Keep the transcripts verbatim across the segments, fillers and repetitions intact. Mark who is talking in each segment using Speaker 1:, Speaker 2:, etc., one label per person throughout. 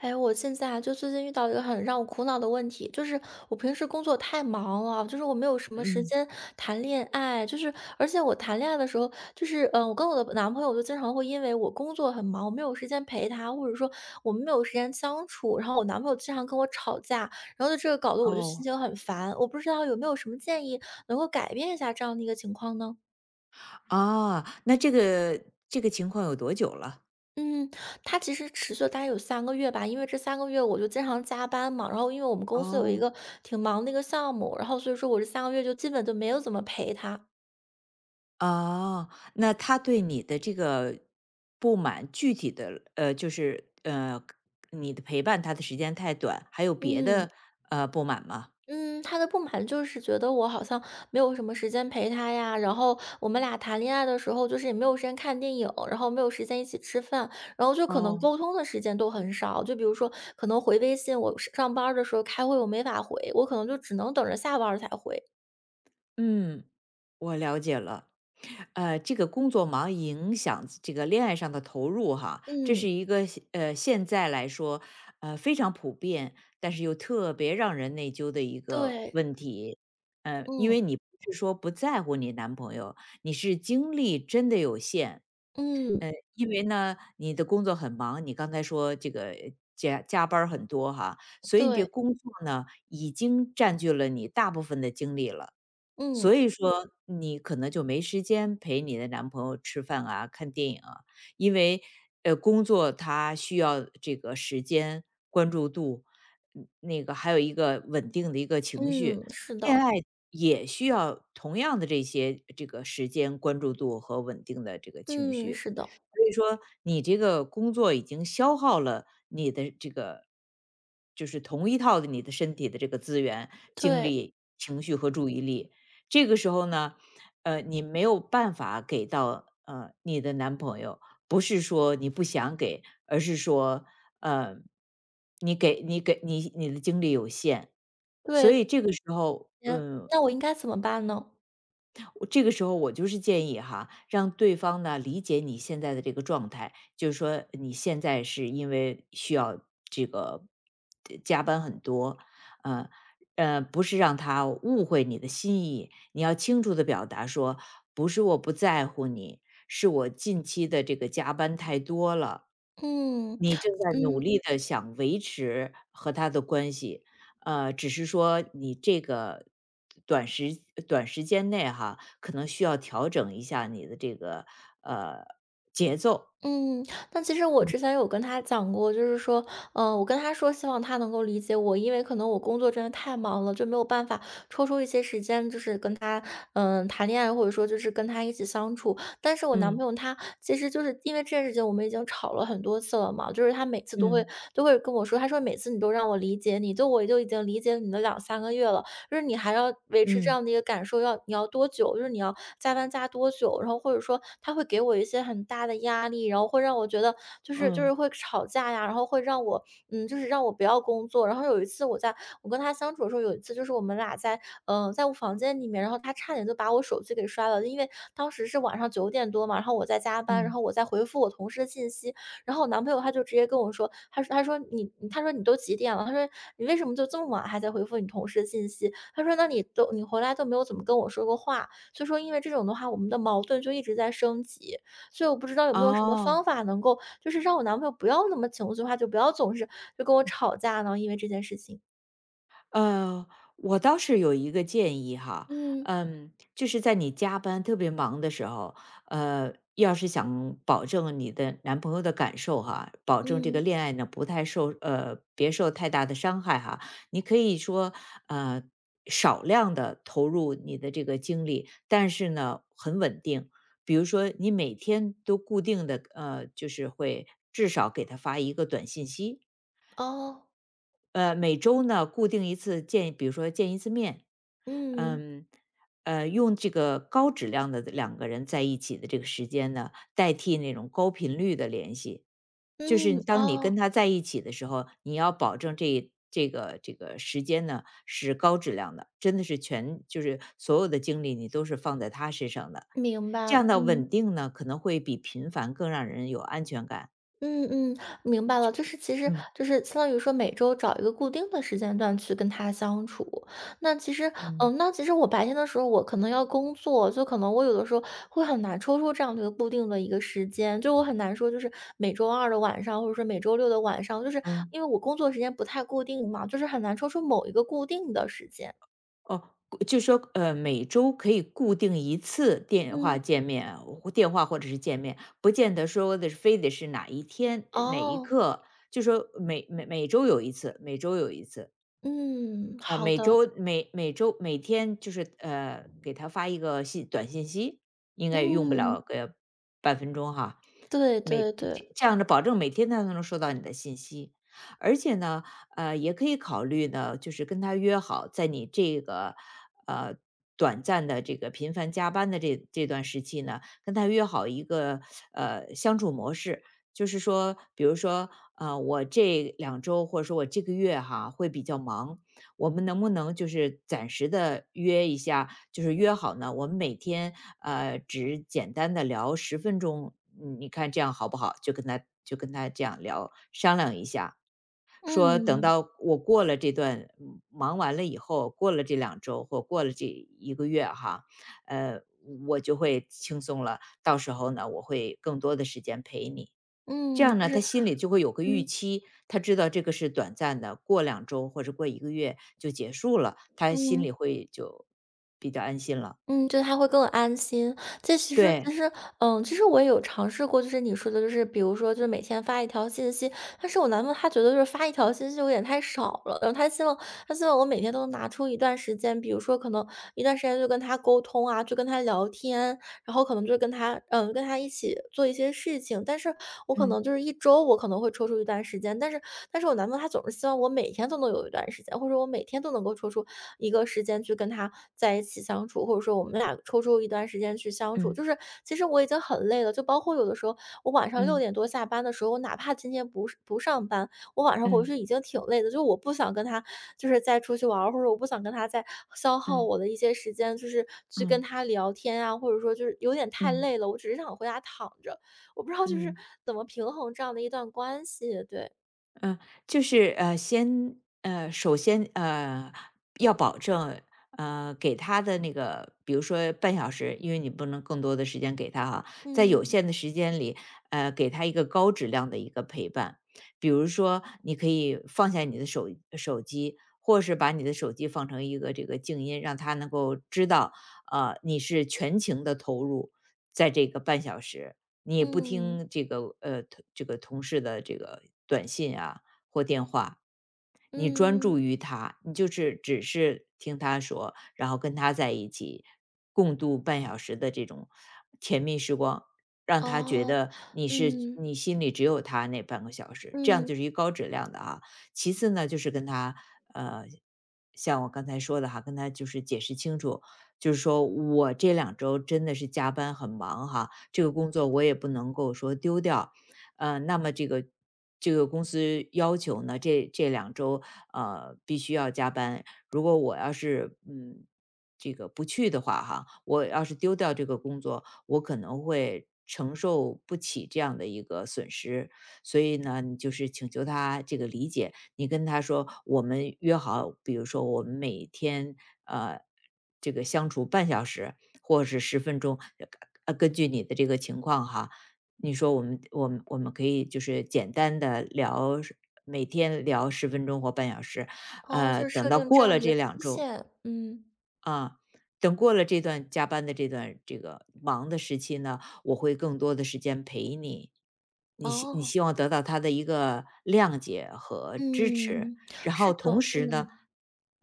Speaker 1: 哎，我现在啊，就最近遇到一个很让我苦恼的问题，就是我平时工作太忙了，就是我没有什么时
Speaker 2: 嗯，
Speaker 1: 间谈恋爱，就是而且我谈恋爱的时候，就是嗯、呃我跟我的男朋友就经常会因为我工作很忙，我没有时间陪他，或者说我们没有时间相处，然后我男朋友经常跟我吵架，然后就这个搞得我就心
Speaker 2: 哦，
Speaker 1: 情很烦，我不知道有没有什么建议能够改变一下这样的一个情况呢？
Speaker 2: 啊，那这个这个情况有多久了？
Speaker 1: 嗯，他其实持续了大概有三个月吧，因为这三个月我就经常加班嘛，然后因为我们公司有一
Speaker 2: 哦。
Speaker 1: 个挺忙的一个项目，然后所以说我这三个月就基本就没有怎么陪他。
Speaker 2: 哦，那他对你的这个不满，具体的呃，就是呃，你的陪伴他的时间太短，还有别
Speaker 1: 嗯，
Speaker 2: 的呃不满吗？
Speaker 1: 嗯，他的不满就是觉得我好像没有什么时间陪他呀，然后我们俩谈恋爱的时候，就是也没有时间看电影，然后没有时间一起吃饭，然后就可能
Speaker 2: 哦。
Speaker 1: 沟通的时间都很少。就比如说可能回微信，我上班儿的时候开会我没法回，我可能就只能等着下班儿才回。
Speaker 2: 嗯，我了解了。呃，这个工作忙影响这个恋爱上的投入哈，这
Speaker 1: 嗯，
Speaker 2: 是一个现呃现在来说呃非常普遍，但是又特别让人内疚的一个
Speaker 1: 对，
Speaker 2: 问题。呃，因
Speaker 1: 嗯。
Speaker 2: 为你不是说不在乎你男朋友，你是精力真的有限。
Speaker 1: 嗯，
Speaker 2: 呃，因为呢你的工作很忙，你刚才说这个加加班儿很多哈，所以你这
Speaker 1: 对，
Speaker 2: 工作呢已经占据了你大部分的精力了。所
Speaker 1: 嗯，
Speaker 2: 以说，你可能就没时间陪你的男朋友吃饭啊、看电影啊，因为呃，工作它需要这个时间、关注度，嗯那个还有一个稳定的一个情绪，
Speaker 1: 嗯，是
Speaker 2: 恋
Speaker 1: 的，
Speaker 2: 爱也需要同样的这些这个时间、关注度和稳定的这个情
Speaker 1: 嗯，
Speaker 2: 绪。
Speaker 1: 是的，
Speaker 2: 所以说你这个工作已经消耗了你的这个就是同一套的你的身体的这个资源、精
Speaker 1: 对，
Speaker 2: 力、情绪和注意力。这个时候呢，呃，你没有办法给到，呃，你的男朋友，不是说你不想给，而是说，呃，你给你给你你的精力有限。所
Speaker 1: 对，
Speaker 2: 以这个时候，
Speaker 1: 嗯，
Speaker 2: 嗯、
Speaker 1: 那我应该怎么办呢？
Speaker 2: 我这个时候我就是建议哈，让对方呢理解你现在的这个状态，就是说你现在是因为需要这个呃加班很多，呃呃，不是让他误会你的心意，你要清楚的表达说，不是我不在乎你，是我近期的这个加班太多了，
Speaker 1: 嗯，
Speaker 2: 你正在努
Speaker 1: 嗯。
Speaker 2: 力的想维持和他的关系，呃，只是说你这个短时短时间内哈，可能需要调整一下你的这个，呃，节奏。
Speaker 1: 嗯，但其实我之前有跟他讲过，就是说，嗯、我跟他说希望他能够理解我，因为可能我工作真的太忙了，就没有办法抽出一些时间，就是跟他，嗯、谈恋爱，或者说就是跟他一起相处。但是我男
Speaker 2: 嗯
Speaker 1: 朋友他其实就是因为这件事情，我们已经吵了很多次了嘛，就是他每次都会
Speaker 2: 嗯
Speaker 1: 都会跟我说，他说每次你都让我理解你，就我就已经理解你的两三个月了，就是你还要维持这
Speaker 2: 嗯
Speaker 1: 样的一个感受，要你要多久？就是你要加班加多久，然后或者说他会给我一些很大的压力，然后会让我觉得就是就是
Speaker 2: 嗯，
Speaker 1: 会吵架呀，然后会让我嗯，就是让我不要工作。然后有一次我在我跟他相处的时候，有一次就是我们俩在嗯、呃在我房间里面，然后他差点就把我手机给摔了，因为当时是晚上九点多嘛，然后我在加班，然
Speaker 2: 嗯。
Speaker 1: 后我在回复我同事的信息，然后我男朋友他就直接跟我说，他说他说你他说你都几点了？他说你为什么就这么晚还在回复你同事的信息？他说那你都你回来都没有怎么跟我说过话。所以说因为这种的话，我们的矛盾就一直在升级，所以我不知道有没有什么方
Speaker 2: 哦。
Speaker 1: 法能够就是让我男朋友不要那么情绪化，就不要总是就跟我吵架呢？因为这件事情。
Speaker 2: 呃，我倒是有一个建议哈，
Speaker 1: 嗯，
Speaker 2: 嗯，就是在你加班特别忙的时候，呃，要是想保证你的男朋友的感受哈，保证这个
Speaker 1: 嗯，
Speaker 2: 恋爱呢不太受呃别受太大的伤害哈，你可以说呃少量的投入你的这个精力，但是呢很稳定，比如说你每天都固定的呃就是会至少给他发一个短信息，
Speaker 1: 哦，
Speaker 2: 呃，每周呢固定一次见，比如说见一次面，
Speaker 1: 嗯，
Speaker 2: 嗯，呃，用这个高质量的两个人在一起的这个时间呢，代替那种高频率的联系。就
Speaker 1: 嗯，
Speaker 2: 是当你跟
Speaker 1: 哦，
Speaker 2: 他在一起的时候，你要保证这这个这个时间呢是高质量的，真的是全就是所有的精力你都是放在他身上的，
Speaker 1: 明
Speaker 2: 这
Speaker 1: 白，
Speaker 2: 样的稳
Speaker 1: 嗯。
Speaker 2: 定呢可能会比频繁更让人有安全感。
Speaker 1: 嗯嗯，明白了，就是其实
Speaker 2: 嗯
Speaker 1: 就是相当于说每周找一个固定的时间段去跟他相处。那其实，
Speaker 2: 嗯
Speaker 1: 嗯，那其实我白天的时候我可能要工作，就可能我有的时候会很难抽出这样的一个固定的一个时间，就我很难说就是每周二的晚上，或者说每周六的晚上，就是
Speaker 2: 嗯。
Speaker 1: 因为我工作时间不太固定嘛，就是很难抽出某一个固定的时间。
Speaker 2: 哦，就说，呃，每周可以固定一次电话
Speaker 1: 嗯，
Speaker 2: 见面，或电话或者是见面，不见得说的是非得是哪一天、哪一
Speaker 1: 哦，
Speaker 2: 刻，就说每每每周有一次，每周有一次。
Speaker 1: 嗯，
Speaker 2: 呃，
Speaker 1: 好
Speaker 2: 每
Speaker 1: 的，
Speaker 2: 周每每周每天就是呃，给他发一个信短信息，应该也用不嗯了
Speaker 1: 嗯，
Speaker 2: 个半分钟哈。
Speaker 1: 对
Speaker 2: 每
Speaker 1: 对对，
Speaker 2: 这这样的保证每天他都能收到你的信息，而且呢，呃，也可以考虑呢，就是跟他约好，在你这个呃短暂的这个频繁加班的这这段时期呢，跟他约好一个呃相处模式。就是说，比如说，呃，我这两周或者说我这个月哈会比较忙，我们能不能就是暂时的约一下，就是约好呢？我们每天呃只简单的聊十分钟，嗯你看这样好不好？就跟他就跟他这样聊商量一下，说等
Speaker 1: 嗯
Speaker 2: 到我过了这段嗯忙完了以后，过了这两周或过了这一个月哈，呃，我就会轻松了。到时候呢，我会更多的时间陪你。这
Speaker 1: 嗯，
Speaker 2: 样
Speaker 1: 就
Speaker 2: 呢，
Speaker 1: 是
Speaker 2: 他心里就会有个预
Speaker 1: 嗯
Speaker 2: 期，他知道这个是短暂的，过两周或者过一个月就结束了，他心
Speaker 1: 嗯。
Speaker 2: 里会就比较安心了。
Speaker 1: 嗯，就是他会更安心。这其实其
Speaker 2: 对，
Speaker 1: 实，嗯，其实我也有尝试过，就是你说的，就是比如说，就是每天发一条信息。但是我男朋友他觉得就是发一条信息有点太少了，然后他希望他希望我每天都能拿出一段时间，比如说可能一段时间就跟他沟通啊，就跟他聊天，然后可能就是跟他嗯，跟他一起做一些事情。但是我可
Speaker 2: 嗯，
Speaker 1: 能就是一周我可能会抽出一段时间，但是但是我男朋友他总是希望我每天都能有一段时间，或者我每天都能够抽出一个时间去跟他在一起相处，或者说我们俩抽出一段时间去相处。
Speaker 2: 嗯，
Speaker 1: 就是其实我已经很累了，就包括有的时候我晚上六
Speaker 2: 嗯，
Speaker 1: 点多下班的时候，我哪怕今天不不上班，我晚上回
Speaker 2: 嗯，
Speaker 1: 去已经挺累的，就是我不想跟他就是再出去玩儿或者我不想跟他再消耗
Speaker 2: 嗯，
Speaker 1: 我的一些时间，就是去跟
Speaker 2: 嗯，
Speaker 1: 他聊天啊，或者说就是有点
Speaker 2: 嗯，
Speaker 1: 太
Speaker 2: 嗯
Speaker 1: 累了，我只是想回家躺着。我不知道就是
Speaker 2: 嗯。
Speaker 1: 怎么平衡这样的一段关系，对。
Speaker 2: 嗯，就是呃，先呃，首先呃，要保证呃，给他的那个，比如说半小时，因为你不能更多的时间给他哈，在有
Speaker 1: 嗯，
Speaker 2: 限的时间里，呃，给他一个高质量的一个陪伴。比如说，你可以放下你的手手机，或是把你的手机放成一个这个静音，让他能够知道，呃，你是全情的投入在这个半小时。你也不
Speaker 1: 嗯，
Speaker 2: 听这个呃这个同事的这个短信啊或电话，你专
Speaker 1: 嗯，
Speaker 2: 注于他，你就是只是听他说，然后跟他在一起共度半小时的这种甜蜜时光，让他觉
Speaker 1: 哦，
Speaker 2: 得你是
Speaker 1: 嗯，
Speaker 2: 你心里只有他那半个小时，这样
Speaker 1: 嗯，
Speaker 2: 就是一高质量的啊。其次呢，就是跟他呃，像我刚才说的哈，跟他就是解释清楚就是说我这两周真的是加班很忙哈，这个工作我也不能够说丢掉。呃，那么这个这个公司要求呢，这这两周，呃，必须要加班。如果我要是，嗯，这个不去的话哈，我要是丢掉这个工作，我可能会承受不起这样的一个损失。所以呢，你就是请求他这个理解，你跟他说，我们约好，比如说我们每天呃这个相处半小时或者是十分钟，呃根据你的这个情况哈，你说我们我们我们可以就是简单的聊，每天聊十分钟或半小时，
Speaker 1: 哦，
Speaker 2: 呃，
Speaker 1: 就是
Speaker 2: 等
Speaker 1: 设
Speaker 2: 到
Speaker 1: 定这
Speaker 2: 过
Speaker 1: 样的
Speaker 2: 了
Speaker 1: 一个
Speaker 2: 这两
Speaker 1: 期
Speaker 2: 周，
Speaker 1: 限，嗯，
Speaker 2: 啊，等过了这段加班的这段这个忙的时期呢，我会更多的时间陪你。你希你
Speaker 1: 哦，
Speaker 2: 希望得到他的一个谅解和支持，
Speaker 1: 嗯，
Speaker 2: 然
Speaker 1: 是
Speaker 2: 后
Speaker 1: 的，
Speaker 2: 同时呢，
Speaker 1: 嗯。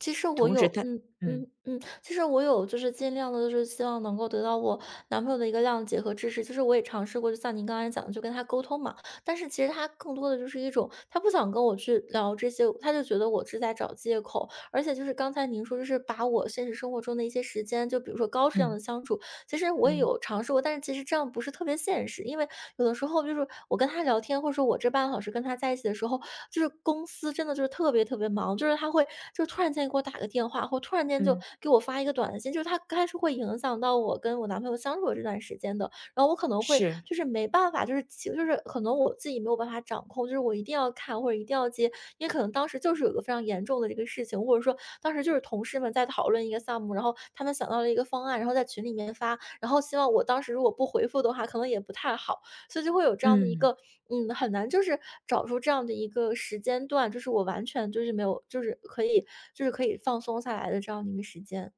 Speaker 1: 其实我
Speaker 2: 同
Speaker 1: 有，
Speaker 2: 时他
Speaker 1: 嗯
Speaker 2: 嗯
Speaker 1: 嗯嗯，其实我有，就是尽量的，就是希望能够得到我男朋友的一个谅解和支持。就是我也尝试过，就像您刚才讲的，就跟他沟通嘛。但是其实他更多的就是一种，他不想跟我去聊这些，他就觉得我是在找借口。而且就是刚才您说，就是把我现实生活中的一些时间，就比如说高质量
Speaker 2: 嗯
Speaker 1: 的相处，其实我也
Speaker 2: 嗯
Speaker 1: 有尝试过，但是其实这样不是特别现实，因为有的时候就是我跟他聊天，或者说我这半个小时跟他在一起的时候，就是公司真的就是特别特别忙，就是他会就是突然间给我打个电话，或突然间就
Speaker 2: 嗯，
Speaker 1: 给我发一个短信，就是他开始会影响到我跟我男朋友相处的这段时间的。然后我可能会
Speaker 2: 是，
Speaker 1: 就是没办法，就是其就是可能我自己没有办法掌控，就是我一定要看或者一定要接，因为可能当时就是有一个非常严重的这个事情，或者说当时就是同事们在讨论一个项目，然后他们想到了一个方案，然后在群里面发，然后希望我当时如果不回复的话，可能也不太好。所以就会有这样的一
Speaker 2: 嗯。
Speaker 1: 个，嗯，很难就是找出这样的一个时间段，就是我完全就是没有，就是可以就是可以放松下来的这样的一个时间。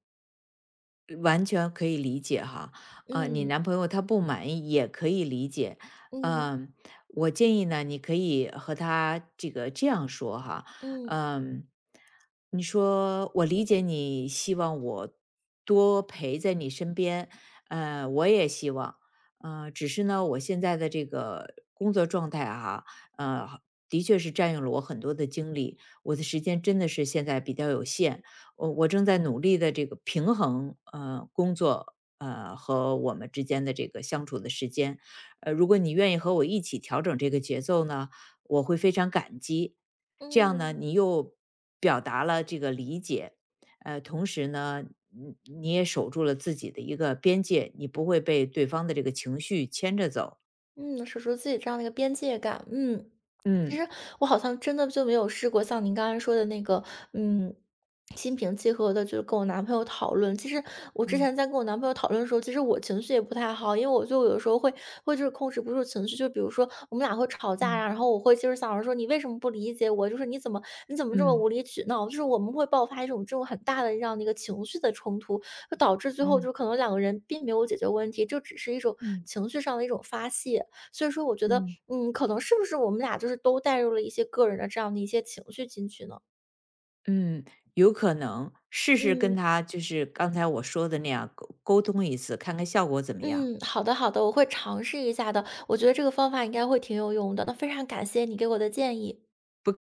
Speaker 2: 完全可以理解哈，呃，你
Speaker 1: 嗯
Speaker 2: 男朋友他不满意也可以理解，
Speaker 1: 嗯
Speaker 2: 嗯、我建议呢，你可以和他这个这样说哈，
Speaker 1: 嗯
Speaker 2: 嗯、你说我理解你希望我多陪在你身边，呃，我也希望，呃，只是呢，我现在的这个工作状态哈、呃，的确是占用了我很多的精力，我的时间真的是现在比较有限，我我正在努力的这个平衡，呃，工作，呃，和我们之间的这个相处的时间。呃，如果你愿意和我一起调整这个节奏呢，我会非常感激。这样呢，
Speaker 1: 嗯
Speaker 2: 你又表达了这个理解，呃，同时呢，你你也守住了自己的一个边界，你不会被对方的这个情绪牵着走。
Speaker 1: 嗯，守住自己这样的一个边界感，嗯。其
Speaker 2: 嗯
Speaker 1: 实我好像真的就没有试过像您刚才说的那个，嗯，心平气和的，就是跟我男朋友讨论。其实我之
Speaker 2: 嗯
Speaker 1: 前在跟我男朋友讨论的时候，其实我情绪也不太好，因为我就有时候会会就是控制不住情绪，就比如说我们俩会吵架呀，
Speaker 2: 嗯
Speaker 1: 然后我会就是想着说你为什么不理解我，就是你怎么你怎么这么
Speaker 2: 嗯嗯
Speaker 1: 无理取闹，就是我们会爆发一种这种很大的这样的一个情绪的冲突，就导致最后就
Speaker 2: 嗯
Speaker 1: 是可能两个人并没有解决问题，就只是一种
Speaker 2: 嗯
Speaker 1: 情绪上的一种发泄。所以说我觉得，
Speaker 2: 嗯。
Speaker 1: 嗯，可能是不是我们俩就是都带入了一些个人的这样的一些情绪进去呢？
Speaker 2: 嗯，有可能，试试跟
Speaker 1: 嗯
Speaker 2: 他就是刚才我说的那样沟沟通一次，看看效果怎么样。
Speaker 1: 嗯，好的好的，我会尝试一下的。我觉得这个方法应该会挺有用的。那非常感谢你给我的建议。